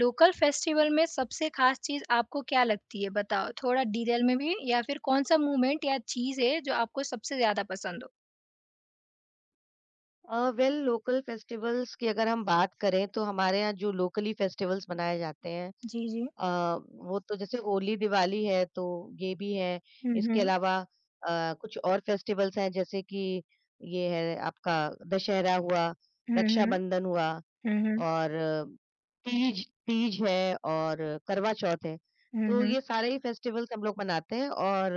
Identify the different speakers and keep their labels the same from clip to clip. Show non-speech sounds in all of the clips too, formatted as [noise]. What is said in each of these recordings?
Speaker 1: Local festival में सबसे खास चीज़ आपको क्या लगती है? बताओ थोड़ा डिटेल में भी या फिर कौन-सा मूवमेंट या चीज़ है जो आपको सबसे ज़्यादा पसंद हो?
Speaker 2: वेल लोकल फेस्टिवल्स की अगर हम बात करें तो हमारे यहाँ जो लोकली फेस्टिवल्स मनाए जाते हैं,
Speaker 1: जी, जी।
Speaker 2: अ, वो तो जैसे होली दिवाली है, तो ये भी है।
Speaker 1: हुँ,
Speaker 2: इसके
Speaker 1: हुँ।
Speaker 2: अलावा कुछ और फेस्टिवल्स हैं जैसे कि ये है आपका दशहरा हुआ,
Speaker 1: हुँ, हुँ।
Speaker 2: रक्षाबंधन हुआ,
Speaker 1: हुँ, हुँ।
Speaker 2: और तीज तीज है, और करवा चौथ है।
Speaker 1: हुँ,
Speaker 2: तो ये
Speaker 1: हुँ।
Speaker 2: सारे ही फेस्टिवल्स हम लोग मनाते हैं, और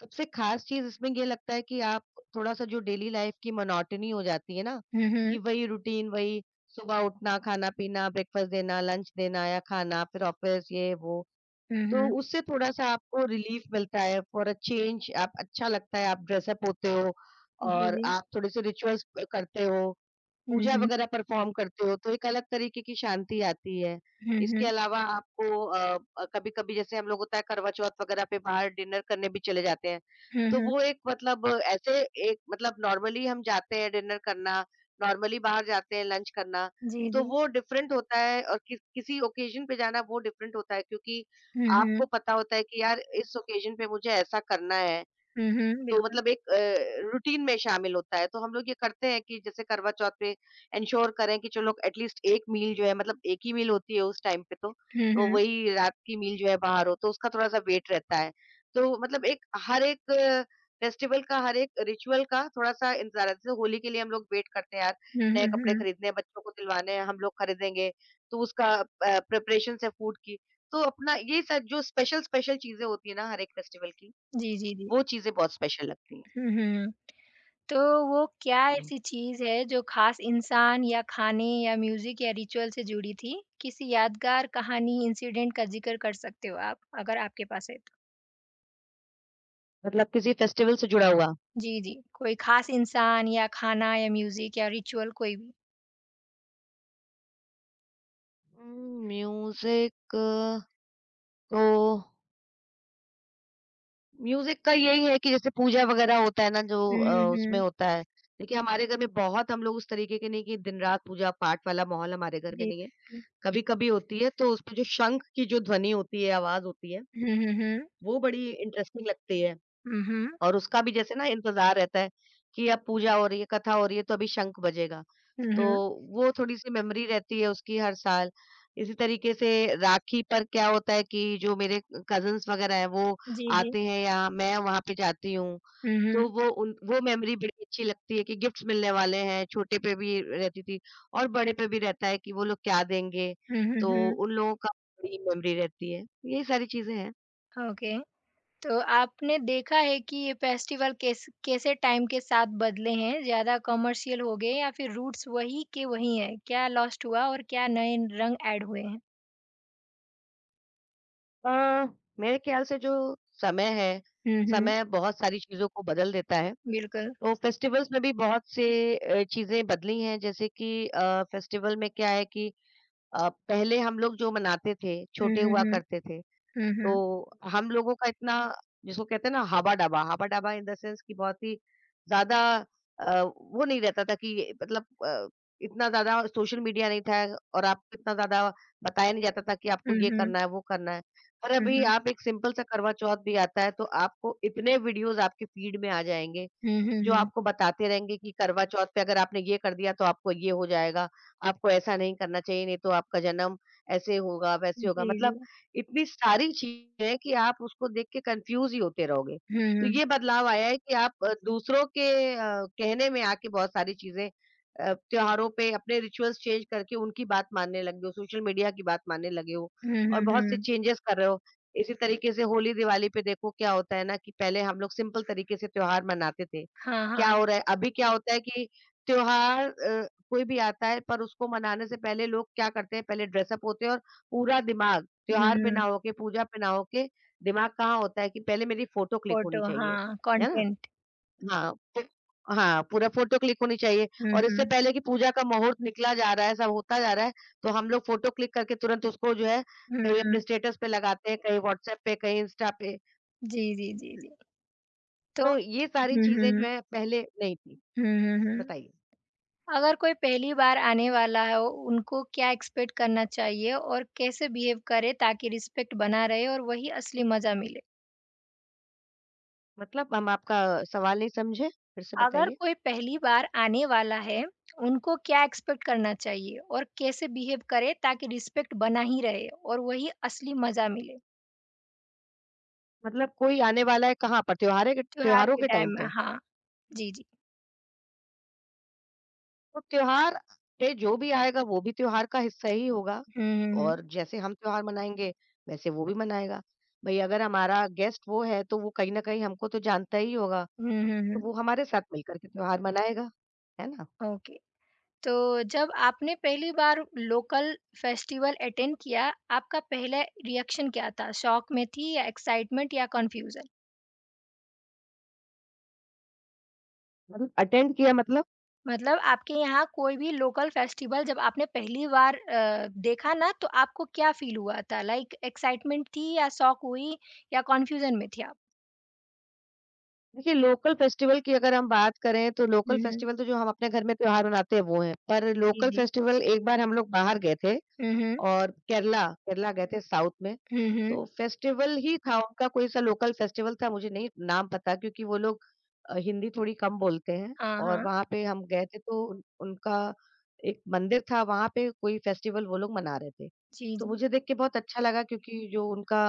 Speaker 2: सबसे ख़ास चीज़ इसमें ये लगता है कि आप, थोड़ा-सा जो डेली लाइफ़ की मोनोटनी हो जाती है ना,
Speaker 1: हुँ, हुँ।
Speaker 2: कि वही रूटीन, वही सुबह उठना, खाना-पीना, ब्रेकफ़ास्ट देना, लंच देना या खाना, फिर ऑफ़िस, ये वो।
Speaker 1: हुँ,
Speaker 2: तो
Speaker 1: हुँ।
Speaker 2: उससे थोड़ा-सा आपको रिलीफ़ मिलता है, फॉर अ चेंज आप, अच्छा लगता है, आप ड्रेसअप होते हो
Speaker 1: जी,
Speaker 2: और
Speaker 1: जी।
Speaker 2: आप थोड़े-से रिचुअल्स करते हो।
Speaker 1: हुँ,
Speaker 2: पूजा
Speaker 1: हुँ।
Speaker 2: वगैरह परफ़ॉर्म करते हो, तो एक अलग तरीके की शांति आती है।
Speaker 1: हुँ,
Speaker 2: इसके
Speaker 1: हुँ।
Speaker 2: अलावा आपको कभी-कभी जैसे हम लोग, होता है करवा चौथ वगैरह पे बाहर डिनर करने भी चले जाते हैं।
Speaker 1: हुँ,
Speaker 2: तो
Speaker 1: हुँ।
Speaker 2: वो एक मतलब ऐसे, एक मतलब नॉर्मली हम जाते हैं डिनर करना, नॉर्मली बाहर जाते हैं लंच करना,
Speaker 1: जी,
Speaker 2: तो
Speaker 1: जी।
Speaker 2: वो डिफरेंट होता है, और कि किसी ओकेज़न पे जाना वो डिफरेंट होता है, क्योंकि
Speaker 1: हुँ, हुँ।
Speaker 2: आपको पता होता है कि यार इस ओकेज़न पे मुझे ऐसा करना है।
Speaker 1: हुँ, हुँ।
Speaker 2: तो
Speaker 1: बिल्कुल।
Speaker 2: मतलब एक रूटीन में शामिल होता है। तो हम लोग ये करते हैं कि जैसे करवा चौथ पे एन्श्योर करें कि चलो एटलीस्ट 1 मील जो है, मतलब 1 ही मील होती है उस टाइम पे, तो,
Speaker 1: हुँ,
Speaker 2: तो
Speaker 1: हुँ।
Speaker 2: वही रात की मील जो है बाहर हो, तो उसका थोड़ा-सा वेट रहता है। तो मतलब एक, हर एक फेस्टिवल का, हर एक रिचुअल का थोड़ा-सा इंतज़ार है। जैसे होली के लिए हम लोग वेट करते हैं यार,
Speaker 1: हुँ,
Speaker 2: नए
Speaker 1: हुँ,
Speaker 2: कपड़े
Speaker 1: हुँ।
Speaker 2: खरीदने हैं, बच्चों को दिलवाने हैं, हम लोग खरीदेंगे, तो उसका प्रिपरेशंस है फूड की। तो अपना ये सब जो स्पेशल-स्पेशल चीज़ें होती हैं ना हर एक फेस्टिवल की,
Speaker 1: जी, जी, जी।
Speaker 2: वो चीज़ें बहुत स्पेशल लगती हैं।
Speaker 1: हुँ, हुँ। तो वो क्या ऐसी चीज़ है जो खास इंसान या खाने या म्यूज़िक या रिचुअल से जुड़ी थी? किसी यादगार कहानी, इंसिडेंट का ज़िक्र कर सकते हो आप, अगर आपके पास है तो?
Speaker 2: मतलब किसी फेस्टिवल से जुड़ा हुआ?
Speaker 1: जी, जी। कोई खास इंसान या खाना या म्यूज़िक या रिचुअल कोई भी?
Speaker 2: म्यूज़िक, तो म्यूज़िक का यही है कि जैसे पूजा वगैरह होता है ना, जो
Speaker 1: हुँ, हुँ,
Speaker 2: उसमें
Speaker 1: हुँ।
Speaker 2: होता है। देखिए हमारे घर में बहुत, हम लोग उस तरीके के नहीं कि दिन-रात पूजा-पाठ वाला माहौल, हमारे घर में
Speaker 1: जी।
Speaker 2: नहीं है। कभी-कभी होती है तो उसमें जो शंख की जो ध्वनि होती है, आवाज़ होती है,
Speaker 1: हुँ, हुँ, हुँ।
Speaker 2: वो बड़ी इंटरेस्टिंग लगती है।
Speaker 1: हुँ, हुँ।
Speaker 2: और उसका भी जैसे ना इंतज़ार रहता है कि अब पूजा हो रही है, कथा हो रही है, तो अभी शंख बजेगा।
Speaker 1: हुँ,
Speaker 2: तो
Speaker 1: हुँ।
Speaker 2: वो थोड़ी-सी मेमोरी रहती है उसकी हर साल। इसी तरीके से राखी पर क्या होता है कि जो मेरे कज़िन्स वग़ैरह हैं, वो
Speaker 1: जी, जी।
Speaker 2: आते हैं यहाँ, मैं वहाँ पे जाती हूँ।
Speaker 1: हुँ, हुँ।
Speaker 2: तो वो मेमोरी बड़ी अच्छी लगती है कि गिफ्ट्स मिलने वाले हैं, छोटे पे भी रहती थी और बड़े पे भी रहता है कि वो लोग क्या देंगे।
Speaker 1: हुँ, हुँ,
Speaker 2: तो
Speaker 1: हुँ।
Speaker 2: उन लोगों का बड़ी मेमोरी रहती है। यही सारी चीज़ें हैं।
Speaker 1: ओके। तो आपने देखा है कि ये फेस्टिवल कैसे टाइम के साथ बदले हैं? ज़्यादा कमर्शियल हो गए या फिर रूट्स वही के वही हैं? क्या लॉस्ट हुआ और क्या नए रंग ऐड हुए हैं?
Speaker 2: अ, मेरे ख्याल से जो समय है,
Speaker 1: हुँ, हुँ।
Speaker 2: समय बहुत सारी चीज़ों को बदल देता है।
Speaker 1: बिल्कुल।
Speaker 2: तो फेस्टिवल्स में भी बहुत से चीज़ें बदली हैं, जैसे कि फेस्टिवल में क्या है कि पहले हम लोग जो मनाते थे,
Speaker 1: हुँ,
Speaker 2: छोटे
Speaker 1: हुँ,
Speaker 2: हुआ
Speaker 1: हुँ।
Speaker 2: करते थे,
Speaker 1: हुँ, हुँ।
Speaker 2: तो हम लोगों का इतना, जिसको कहते हैं ना हाबा-डाबा, हाबा-डाबा इन द सेंस कि बहुत ही ज़्यादा वो नहीं रहता था कि मतलब इतना ज़्यादा सोशल मीडिया नहीं था, और आपको इतना ज़्यादा बताया नहीं जाता था कि आपको
Speaker 1: हुँ,
Speaker 2: ये
Speaker 1: हुँ।
Speaker 2: करना है, वो करना है। पर
Speaker 1: हुँ,
Speaker 2: अभी,
Speaker 1: हुँ।
Speaker 2: आप एक सिंपल सा करवा चौथ भी आता है तो आपको इतने वीडियोज़ आपके फीड में आ जाएँगे,
Speaker 1: हुँ, हुँ,
Speaker 2: जो
Speaker 1: हुँ।
Speaker 2: आपको बताते रहेंगे कि करवा चौथ पे अगर आपने ये कर दिया तो आपको ये हो जाएगा, आपको ऐसा नहीं करना चाहिए नहीं तो आपका जन्म ऐसे होगा, वैसे होगा,
Speaker 1: जी,
Speaker 2: मतलब
Speaker 1: जी।
Speaker 2: इतनी सारी चीज़ें हैं कि आप उसको देख के कन्फ्यूज़ ही होते रहोगे।
Speaker 1: हुँ,
Speaker 2: तो
Speaker 1: हुँ।
Speaker 2: ये बदलाव आया है कि आप दूसरों के कहने में आके बहुत सारी चीज़ें, त्योहारों पे अपने रिचुअल्स चेंज करके उनकी बात मानने लग गए हो, सोशल मीडिया की बात मानने लगे हो
Speaker 1: हुँ,
Speaker 2: और
Speaker 1: हुँ,
Speaker 2: बहुत से
Speaker 1: हुँ।
Speaker 2: चेंजेस कर रहे हो। इसी तरीके से होली-दिवाली पे देखो क्या होता है ना कि पहले हम लोग सिंपल तरीके से त्योहार मनाते थे।
Speaker 1: हाँ,
Speaker 2: क्या हो
Speaker 1: हाँ।
Speaker 2: रहा है, अभी क्या होता है कि त्योहार कोई भी आता है, पर उसको मनाने से पहले लोग क्या करते हैं, पहले ड्रेस अप होते हैं और पूरा दिमाग
Speaker 1: हुँ,
Speaker 2: त्योहार पे ना
Speaker 1: हुँ।
Speaker 2: हो के, पूजा पे ना हो के, दिमाग कहाँ होता है कि पहले मेरी फोटो क्लिक होनी
Speaker 1: फ़ोटो
Speaker 2: चाहिए,
Speaker 1: हाँ,
Speaker 2: है ना?
Speaker 1: कंटेंट।
Speaker 2: हाँ, फिर, हाँ, पूरा फोटो क्लिक होनी चाहिए,
Speaker 1: हुँ,
Speaker 2: और इससे
Speaker 1: हुँ।
Speaker 2: पहले कि पूजा का मुहूर्त निकला जा रहा है, सब होता जा रहा है, तो हम लोग फोटो क्लिक करके तुरंत उसको जो है,
Speaker 1: हुँ,
Speaker 2: कहीं अपने
Speaker 1: हुँ।
Speaker 2: स्टेटस पे लगाते हैं, कहीं व्हाट्सएप पे, कहीं इंस्टा पे।
Speaker 1: जी, जी, जी, जी। तो
Speaker 2: तो ये सारी
Speaker 1: हुँ,
Speaker 2: चीज़ें
Speaker 1: हुँ।
Speaker 2: जो है पहले नहीं थी।
Speaker 1: हुँ, हुँ, हुँ।
Speaker 2: बताइए?
Speaker 1: अगर कोई पहली बार आने वाला हो, उनको क्या एक्सपेक्ट करना चाहिए और कैसे बिहेव करे ताकि रिस्पेक्ट बना रहे और वही असली मज़ा मिले?
Speaker 2: मतलब हम आपका सवाल नहीं समझे? फिर से
Speaker 1: अगर
Speaker 2: बताइए?
Speaker 1: कोई पहली बार आने वाला है, उनको क्या एक्सपेक्ट करना चाहिए और कैसे बिहेव करे ताकि रिस्पेक्ट बना ही रहे और वही असली मज़ा मिले?
Speaker 2: मतलब कोई आने वाला है कहाँ पर? त्योहारे के
Speaker 1: त्योहार
Speaker 2: त्योहारों
Speaker 1: के
Speaker 2: के टाइम
Speaker 1: टाइम में
Speaker 2: पे?
Speaker 1: हाँ, जी, जी।
Speaker 2: तो त्योहार पे जो भी आएगा वो भी त्योहार का हिस्सा ही होगा,
Speaker 1: हुँ, हुँ, हुँ।
Speaker 2: और जैसे हम त्योहार मनाएँगे, वैसे वो भी मनाएगा। भई अगर हमारा गेस्ट वो है तो वो कहीं न कहीं हमको तो जानता ही होगा,
Speaker 1: हुँ, हुँ,
Speaker 2: तो वो
Speaker 1: हुँ।
Speaker 2: हमारे साथ मिलकर के त्योहार मनाएगा, है ना?
Speaker 1: ओके। तो जब आपने पहली बार लोकल फेस्टिवल अटेंड किया, आपका पहला रिएक्शन क्या था? शॉक में थी या एक्साइटमेंट या कन्फ्यूजन?
Speaker 2: मतलब अटेंड किया, मतलब,
Speaker 1: मतलब आपके यहाँ कोई भी लोकल फेस्टिवल जब आपने पहली बार देखा ना तो आपको क्या फील हुआ था? लाइक एक्साइटमेंट थी या शॉक हुई या कन्फ्यूजन में थे आप?
Speaker 2: देखिए लोकल फेस्टिवल की अगर हम बात करें तो लोकल
Speaker 1: हुँ, हुँ।
Speaker 2: फेस्टिवल तो जो हम अपने घर में त्योहार मनाते हैं वो है। पर
Speaker 1: जी,
Speaker 2: लोकल
Speaker 1: जी।
Speaker 2: फेस्टिवल एक बार हम लोग बाहर गए थे,
Speaker 1: हुँ, हुँ।
Speaker 2: और केरला, केरला गए थे साउथ में,
Speaker 1: हुँ, हुँ।
Speaker 2: तो फेस्टिवल ही था, उनका कोई-सा लोकल फेस्टिवल था, मुझे नहीं नाम पता क्योंकि वो लोग हिंदी थोड़ी कम बोलते हैं।
Speaker 1: हाँ,
Speaker 2: और
Speaker 1: हाँ।
Speaker 2: वहाँ पे हम गए थे तो उन उनका एक मंदिर था, वहाँ पे कोई फेस्टिवल वो लोग मना रहे थे।
Speaker 1: जी,
Speaker 2: तो
Speaker 1: जी।
Speaker 2: मुझे देख के बहुत अच्छा लगा, क्योंकि जो उनका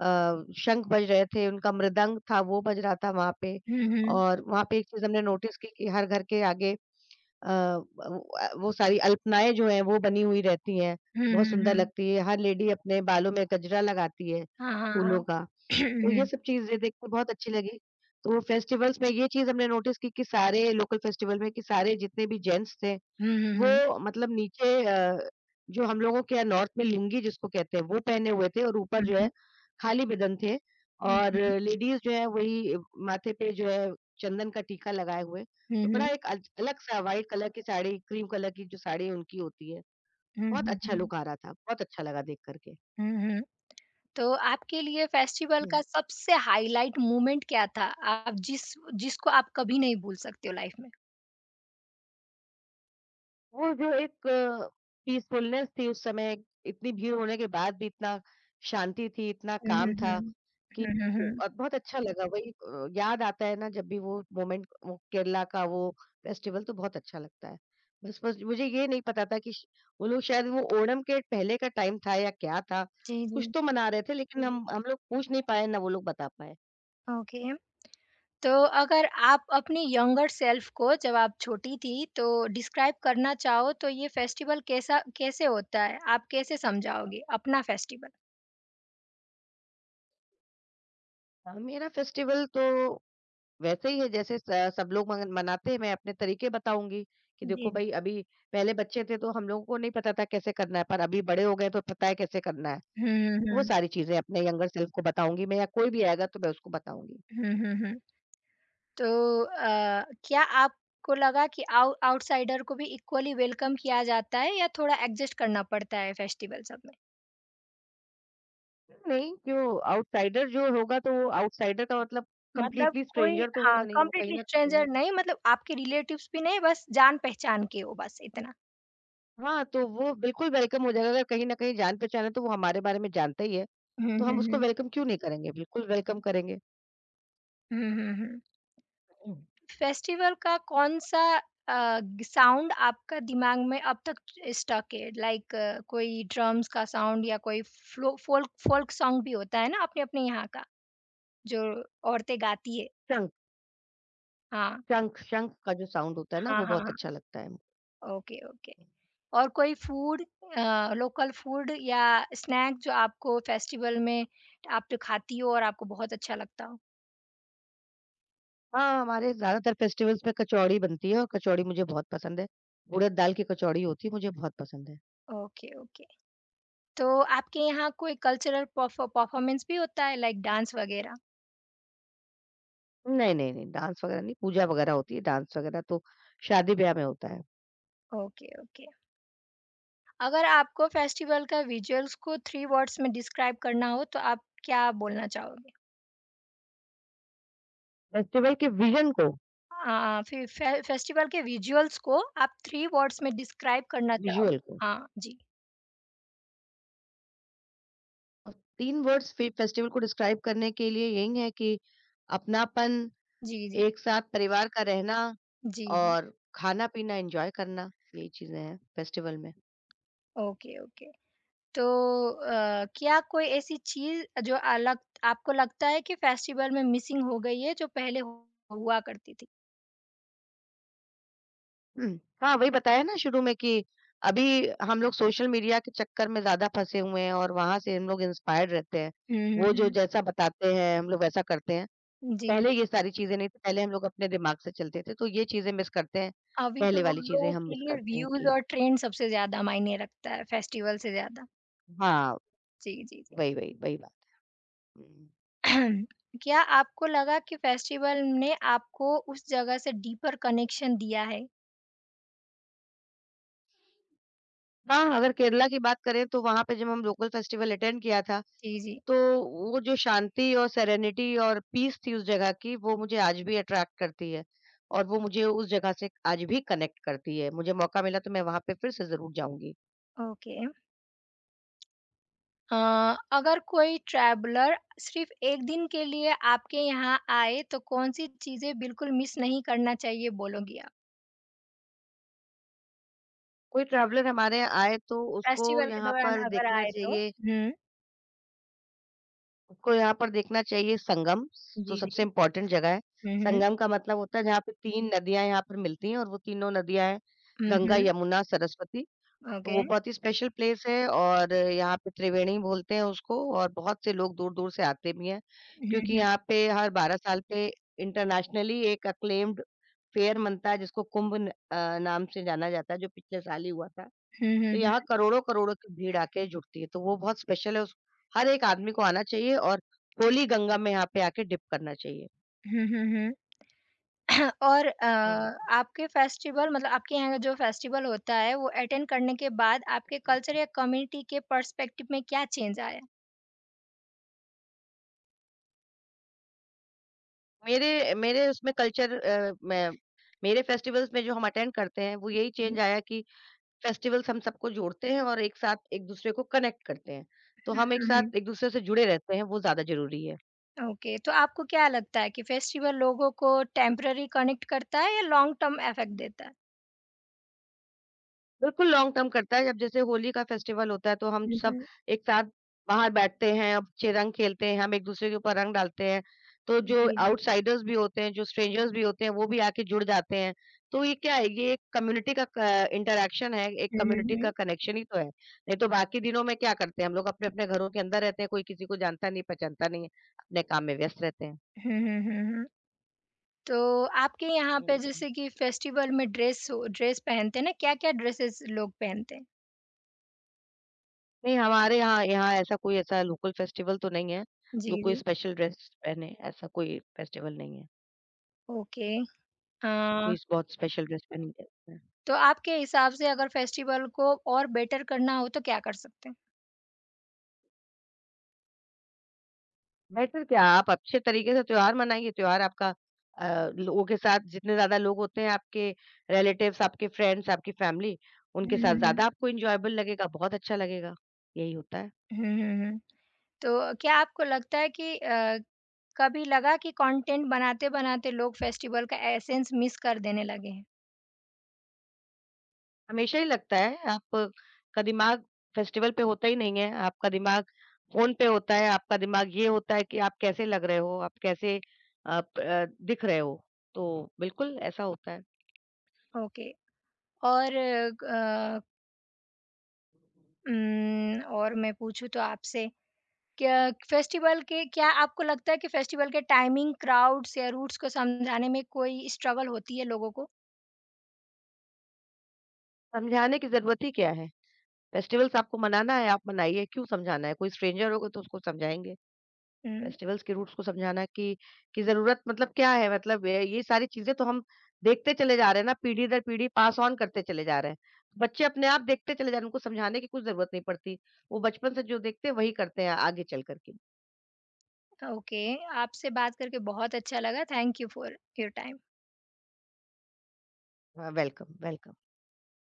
Speaker 2: शंख बज रहे थे, उनका मृदंग था वो बज रहा था वहाँ पे।
Speaker 1: हुँ, हुँ।
Speaker 2: और वहाँ पे एक चीज़ हमने नोटिस की कि हर घर के आगे वो सारी अल्पनाएँ जो हैं वो बनी हुई रहती हैं,
Speaker 1: हुँ,
Speaker 2: बहुत
Speaker 1: हुँ,
Speaker 2: सुंदर
Speaker 1: हुँ।
Speaker 2: लगती है। हर लेडी अपने बालों में गजरा लगाती है
Speaker 1: हाँ, हाँ,
Speaker 2: फूलों
Speaker 1: हाँ।
Speaker 2: का,
Speaker 1: [clears throat]
Speaker 2: तो
Speaker 1: हुँ,
Speaker 2: ये सब चीज़ें देख के बहुत अच्छी लगी। तो फेस्टिवल्स में ये चीज़ हमने नोटिस की, कि सारे लोकल फेस्टिवल में, कि सारे जितने भी जेंट्स थे
Speaker 1: हुँ।
Speaker 2: वो मतलब नीचे जो हम लोगों के यहाँ नॉर्थ में लुंगी जिसको कहते हैं वो पहने हुए थे, और
Speaker 1: हुँ,
Speaker 2: ऊपर
Speaker 1: हुँ,
Speaker 2: जो है
Speaker 1: हुँ।
Speaker 2: खाली बदन थे।
Speaker 1: हुँ,
Speaker 2: और
Speaker 1: हुँ।
Speaker 2: लेडीज़ जो है, वही माथे पे जो है चंदन का टीका लगाए हुए।
Speaker 1: हुँ,
Speaker 2: तो
Speaker 1: हुँ।
Speaker 2: बड़ा एक अज अलग-सा, व्हाइट कलर की साड़ी, क्रीम कलर की जो साड़ी उनकी होती है,
Speaker 1: हुँ, हुँ।
Speaker 2: बहुत
Speaker 1: हुँ,
Speaker 2: अच्छा
Speaker 1: हुँ, हुँ।
Speaker 2: लुक आ रहा था, बहुत अच्छा लगा देख कर के।
Speaker 1: हुँ, हुँ। तो आपके लिए फेस्टिवल
Speaker 2: हुँ।
Speaker 1: का सबसे हाइलाइट मोमेंट क्या था? आप जिसको आप कभी नहीं भूल सकते हो लाइफ में?
Speaker 2: वो जो एक पीसफुलनेस थी उस समय, इतनी भीड़ होने के बाद भी इतना शांति थी, इतना
Speaker 1: हुँ,
Speaker 2: काम
Speaker 1: हुँ,
Speaker 2: था।
Speaker 1: हुँ।
Speaker 2: कि
Speaker 1: हुँ, हुँ, हुँ।
Speaker 2: बहुत अच्छा लगा, वही याद आता है ना जब भी वो मोमेंट, वो केरला का वो फेस्टिवल, तो बहुत अच्छा लगता है। बस बस मुझे ये नहीं पता था कि श वो लोग, शायद वो ओणम के पहले का टाइम था या क्या था,
Speaker 1: जी,
Speaker 2: कुछ
Speaker 1: जी।
Speaker 2: तो मना रहे थे लेकिन हम लोग पूछ नहीं पाए, ना वो लोग बता पाए।
Speaker 1: ओके। तो अगर आप अपनी यंगर सेल्फ को जब आप छोटी थी तो डिस्क्राइब करना चाहो तो ये फेस्टिवल कैसा कैसे होता है? आप कैसे समझाओगे अपना फेस्टिवल?
Speaker 2: मेरा फेस्टिवल तो वैसे ही है जैसे स सब लोग मग मनाते हैं, मैं अपने तरीके बताऊँगी कि देखो
Speaker 1: जी, जी।
Speaker 2: भई, अभी पहले बच्चे थे तो हम लोगों को नहीं पता था कैसे करना है, पर अभी बड़े हो गए तो पता है कैसे करना है।
Speaker 1: हुँ, हुँ,
Speaker 2: वो
Speaker 1: हुँ।
Speaker 2: सारी चीज़ें अपने यंगर सेल्फ को बताऊँगी मैं, या कोई भी आएगा तो मैं उसको बताऊँगी।
Speaker 1: हुँ, हुँ, हुँ। तो क्या आपको लगा कि आउ आउटसाइडर को भी इक्वली वेलकम किया जाता है या थोड़ा एडजस्ट करना पड़ता है फेस्टिवल सब में?
Speaker 2: नहीं, जो आउटसाइडर जो होगा तो वो आउटसाइडर का मतलब
Speaker 1: मतलब
Speaker 2: कंप्लीटली
Speaker 1: कोई
Speaker 2: स्ट्रेंजर तो होगा
Speaker 1: हाँ,
Speaker 2: नहीं, वो कहीं
Speaker 1: कंप्लीटली
Speaker 2: न कहीं,
Speaker 1: स्ट्रेंजर नहीं मतलब आपके रिलेटिव्स भी नहीं बस जान-पहचान के हो बस इतना।
Speaker 2: हाँ, तो वो बिल्कुल वेलकम हो जाएगा, अगर कहीं न कहीं जान-पहचान है तो वो हमारे बारे में जानता ही है,
Speaker 1: हुँ,
Speaker 2: तो
Speaker 1: हुँ,
Speaker 2: हम उसको
Speaker 1: हुँ।
Speaker 2: वेलकम क्यों नहीं करेंगे? बिल्कुल वेलकम करेंगे।
Speaker 1: हुँ, हुँ, हुँ।
Speaker 2: हुँ।
Speaker 1: फेस्टिवल का कौन-सा अ, ग साउंड आपका दिमाग में अब तक स्टक है? लाइक कोई ड्रम्स का साउंड या कोई फ्लो फ़ोल्क फ़ोल्क सॉन्ग भी होता है ना अपने-अपने यहाँ का, जो औरतें गाती है।
Speaker 2: शंख
Speaker 1: हाँ।
Speaker 2: शंख शंख का जो साउंड होता है ना
Speaker 1: हाँ,
Speaker 2: वो
Speaker 1: हाँ,
Speaker 2: बहुत अच्छा
Speaker 1: हाँ।
Speaker 2: लगता है।
Speaker 1: Okay, okay. और कोई फूड लोकल फूड या स्नैक जो आपको फेस्टिवल में आप जो खाती हो और आपको बहुत अच्छा लगता हो?
Speaker 2: हाँ, हमारे ज़्यादातर फेस्टिवल्स में कचौड़ी बनती है और कचौड़ी मुझे बहुत पसंद है। उड़द दाल की कचौड़ी होती है मुझे बहुत पसंद है।
Speaker 1: Okay, okay. तो आपके यहाँ कोई कल्चरल परफॉर्मेंस भी होता है लाइक डांस वगैरह?
Speaker 2: नहीं, नहीं, नहीं, डांस वगैरह नहीं, पूजा वगैरह होती है, डांस वगैरह तो शादी-ब्याह में होता है।
Speaker 1: Okay, okay. अगर आपको फेस्टिवल का विजुअल्स को 3 वर्ड्स में डिस्क्राइब करना हो तो आप क्या बोलना चाहोगे?
Speaker 2: फेस्टिवल के विज़न को
Speaker 1: अ, फे फे फेस्टिवल के विजुअल्स को आप 3 वर्ड्स में डिस्क्राइब करना चाहो
Speaker 2: विज़ुअल को
Speaker 1: हाँ, जी।
Speaker 2: और 3 वर्ड्स फे फेस्टिवल को डिस्क्राइब करने के लिए यही है कि अपनापन,
Speaker 1: जी, जी।
Speaker 2: एक साथ परिवार का रहना
Speaker 1: जी, जी।
Speaker 2: और खाना-पीना एन्जॉय करना, यही चीज़ें हैं फेस्टिवल में। [clears throat]
Speaker 1: Okay, okay. तो क्या कोई ऐसी चीज़ जो अलग आपको लगता है कि फेस्टिवल में मिसिंग हो गई है जो पहले हुआ करती थी?
Speaker 2: हुँ, हाँ, वही बताया ना शुरू में कि अभी हम लोग सोशल मीडिया के चक्कर में ज़्यादा फँसे हुए हैं और वहाँ से हम लोग इंस्पायर्ड रहते हैं।
Speaker 1: हुँ, हुँ,
Speaker 2: वो जो
Speaker 1: हुँ।
Speaker 2: जैसा बताते हैं, हम लोग वैसा करते हैं।
Speaker 1: जी,
Speaker 2: पहले
Speaker 1: जी।
Speaker 2: ये सारी चीज़ें नहीं थी, पहले हम लोग अपने दिमाग से चलते थे, तो ये चीज़ें मिस करते हैं,
Speaker 1: अभी तो
Speaker 2: पहले वाली चीज़ें
Speaker 1: लोगों
Speaker 2: हम
Speaker 1: के
Speaker 2: मिस
Speaker 1: लिए
Speaker 2: करते हैं
Speaker 1: व्यूज़
Speaker 2: कि
Speaker 1: और ट्रेंड सबसे ज़्यादा मायने रखता है फेस्टिवल से ज़्यादा।
Speaker 2: हाँ,
Speaker 1: जी, जी, जी।
Speaker 2: वही बात। हुँ।
Speaker 1: [clears throat] क्या आपको लगा कि फेस्टिवल ने आपको उस जगह से डीपर कनेक्शन दिया है?
Speaker 2: हाँ, अगर केरला की बात करें तो वहाँ पे जब हम लोकल फेस्टिवल अटेंड किया था,
Speaker 1: जी, जी।
Speaker 2: तो वो जो शांति और सेरेनिटी और पीस थी उस जगह की, वो मुझे आज भी अट्रैक्ट करती है और वो मुझे उस जगह से आज भी कनेक्ट करती है। मुझे मौका मिला तो मैं वहाँ पे फिर से ज़रूर जाऊँगी।
Speaker 1: ओके। अ, अगर कोई ट्रैवलर सिर्फ एक दिन के लिए आपके यहाँ आए तो कौन-सी चीज़ें बिल्कुल मिस नहीं करना चाहिए बोलोगी आप?
Speaker 2: कोई ट्रैवलर हमारे यहाँ आए तो उसको
Speaker 1: फेस्टिवल के
Speaker 2: यहाँ
Speaker 1: दौरान
Speaker 2: पर
Speaker 1: अगर
Speaker 2: देखना
Speaker 1: आए तो?
Speaker 2: चाहिए
Speaker 1: हुँ।
Speaker 2: आपको यहाँ पर देखना चाहिए संगम, तो
Speaker 1: जी,
Speaker 2: सबसे
Speaker 1: जी।
Speaker 2: इम्पोर्टेंट जगह है।
Speaker 1: हुँ, हुँ।
Speaker 2: संगम का मतलब होता है जहाँ पे 3 नदियाँ यहाँ पर मिलती हैं और वो तीनों नदियाँ हैं
Speaker 1: हुँ,
Speaker 2: गंगा,
Speaker 1: हुँ।
Speaker 2: यमुना, सरस्वती। तो
Speaker 1: ओके।
Speaker 2: वो बहुत ही स्पेशल प्लेस है और यहाँ पे त्रिवेणी बोलते हैं उसको और बहुत से लोग दूर-दूर से आते भी हैं,
Speaker 1: हुँ,
Speaker 2: क्योंकि यहाँ
Speaker 1: हुँ।
Speaker 2: पे हर 12 साल पे इंटरनेशनली एक अक्लेम्ड फेयर बनता है जिसको कुंभ न अ, नाम से जाना जाता है जो पिछले साल ही हुआ था।
Speaker 1: हुँ,
Speaker 2: तो
Speaker 1: हुँ,
Speaker 2: यहाँ
Speaker 1: हुँ।
Speaker 2: करोड़ों-करोड़ों की भीड़ आके जुटती है, तो वो बहुत स्पेशल है उस हर एक आदमी को आना चाहिए और होली गंगा में यहाँ पे आके डिप करना चाहिए।
Speaker 1: हुँ, हुँ, हुँ। [clears throat] और
Speaker 2: हुँ,
Speaker 1: आपके फेस्टिवल मतलब आपके यहाँ का जो फेस्टिवल होता है वो अटेंड करने के बाद आपके कल्चर
Speaker 2: बिल्कुल।
Speaker 1: या कम्युनिटी के पर्सपेक्टिव में क्या चेंज आया?
Speaker 2: मेरे मेरे उसमें कल्चर अ, मैं मेरे फेस्टिवल्स में जो हम अटेंड करते हैं, वो यही चेंज
Speaker 1: जी।
Speaker 2: आया कि फेस्टिवल्स हम सबको जोड़ते हैं और एक साथ एक-दूसरे को कनेक्ट करते हैं। तो
Speaker 1: हुँ,
Speaker 2: हम एक
Speaker 1: हुँ, हुँ।
Speaker 2: साथ एक-दूसरे से जुड़े रहते हैं, वो ज़्यादा ज़रूरी है।
Speaker 1: ओके, तो आपको क्या लगता है कि फेस्टिवल लोगों को टेम्पररी कनेक्ट करता है या लॉन्ग टर्म इफेक्ट देता है?
Speaker 2: बिल्कुल लॉन्ग टर्म करता है, जब जैसे होली का फेस्टिवल होता है तो हम
Speaker 1: हुँ,
Speaker 2: सब
Speaker 1: हुँ।
Speaker 2: एक साथ बाहर बैठते हैं, अब चे रंग खेलते हैं, हम एक-दूसरे के ऊपर रंग डालते हैं। तो जो
Speaker 1: जी, जी।
Speaker 2: आउटसाइडर्स भी होते हैं, जो स्ट्रेंजर्स भी होते हैं, वो भी आके जुड़ जाते हैं। तो ये क्या है, ये एक कम्युनिटी का क इंटरैक्शन है, एक
Speaker 1: हुँ, हुँ,
Speaker 2: कम्युनिटी का
Speaker 1: हुँ।
Speaker 2: कनेक्शन ही तो है। नहीं तो बाकी दिनों में क्या करते हैं हम लोग अपने-अपने घरों के अंदर रहते हैं, कोई किसी को जानता नहीं, पहचानता नहीं है, अपने काम में व्यस्त रहते हैं।
Speaker 1: हुँ, हुँ, हुँ, हुँ। तो आपके यहाँ पे
Speaker 2: हुँ।
Speaker 1: जैसे कि फेस्टिवल में ड्रेस पहनते हैं ना, क्या-क्या ड्रेसेस लोग पहनते हैं?
Speaker 2: नहीं, हमारे यहाँ यहाँ ऐसा कोई ऐसा लोकल फेस्टिवल तो नहीं है,
Speaker 1: जी,
Speaker 2: जो कोई
Speaker 1: जी।
Speaker 2: स्पेशल ड्रेस पहने, ऐसा कोई फेस्टिवल नहीं है।
Speaker 1: ओके। अ,
Speaker 2: कोई स बहुत स्पेशल ड्रेस पहन के है।
Speaker 1: तो आपके हिसाब से अगर फेस्टिवल को और बेटर करना हो तो क्या कर सकते हैं?
Speaker 2: बेटर क्या, आप अच्छे तरीके से त्योहार मनाइए, त्योहार आपका लोगों के साथ जितने ज़्यादा लोग होते हैं, आपके रिलेटिव्स, आपके फ्रेंड्स, आपकी फैमिली,
Speaker 1: हुँ,
Speaker 2: उनके साथ
Speaker 1: हुँ,
Speaker 2: ज़्यादा
Speaker 1: हुँ।
Speaker 2: आपको एन्जॉयबल लगेगा, बहुत अच्छा लगेगा। यही होता है।
Speaker 1: हुँ, हुँ, हुँ। तो क्या आपको लगता है कि कभी लगा कि कंटेंट बनाते-बनाते लोग फेस्टिवल का एसेंस मिस कर देने लगे हैं?
Speaker 2: हमेशा ही लगता है, आप का दिमाग फेस्टिवल पे होता ही नहीं है, आपका दिमाग फ़ोन पे होता है, आपका दिमाग ये होता है कि आप कैसे लग रहे हो, आप दिख रहे हो। तो बिल्कुल ऐसा होता है।
Speaker 1: ओके, और और मैं पूछूँ तो आपसे क्या फेस्टिवल के क्या आपको लगता है कि फेस्टिवल के टाइमिंग, क्राउड्स या रूट्स को समझाने में कोई स्ट्रगल होती है लोगों को?
Speaker 2: समझाने की ज़रूरत ही क्या है? फेस्टिवल्स आपको मनाना है, आप मनाइए, क्यों समझाना है? कोई स्ट्रेंजर होगा तो उसको समझाएँगे।
Speaker 1: हुँ,
Speaker 2: फेस्टिवल्स के रूट्स को समझाना कि ज़रूरत मतलब क्या है? मतलब ये सारी चीज़ें तो हम देखते चले जा रहे हैं ना, पीढ़ी दर पीढ़ी पास ऑन करते चले जा रहे हैं। बच्चे अपने आप देखते चले जा रहे हैं, उनको समझाने की कुछ ज़रूरत नहीं पड़ती। वो बचपन से जो देखते हैं वही करते हैं आगे चल कर के।
Speaker 1: ओके, आपसे बात करके बहुत अच्छा लगा। Thank you for your time.
Speaker 2: हाँ, वेलकम, वेलकम।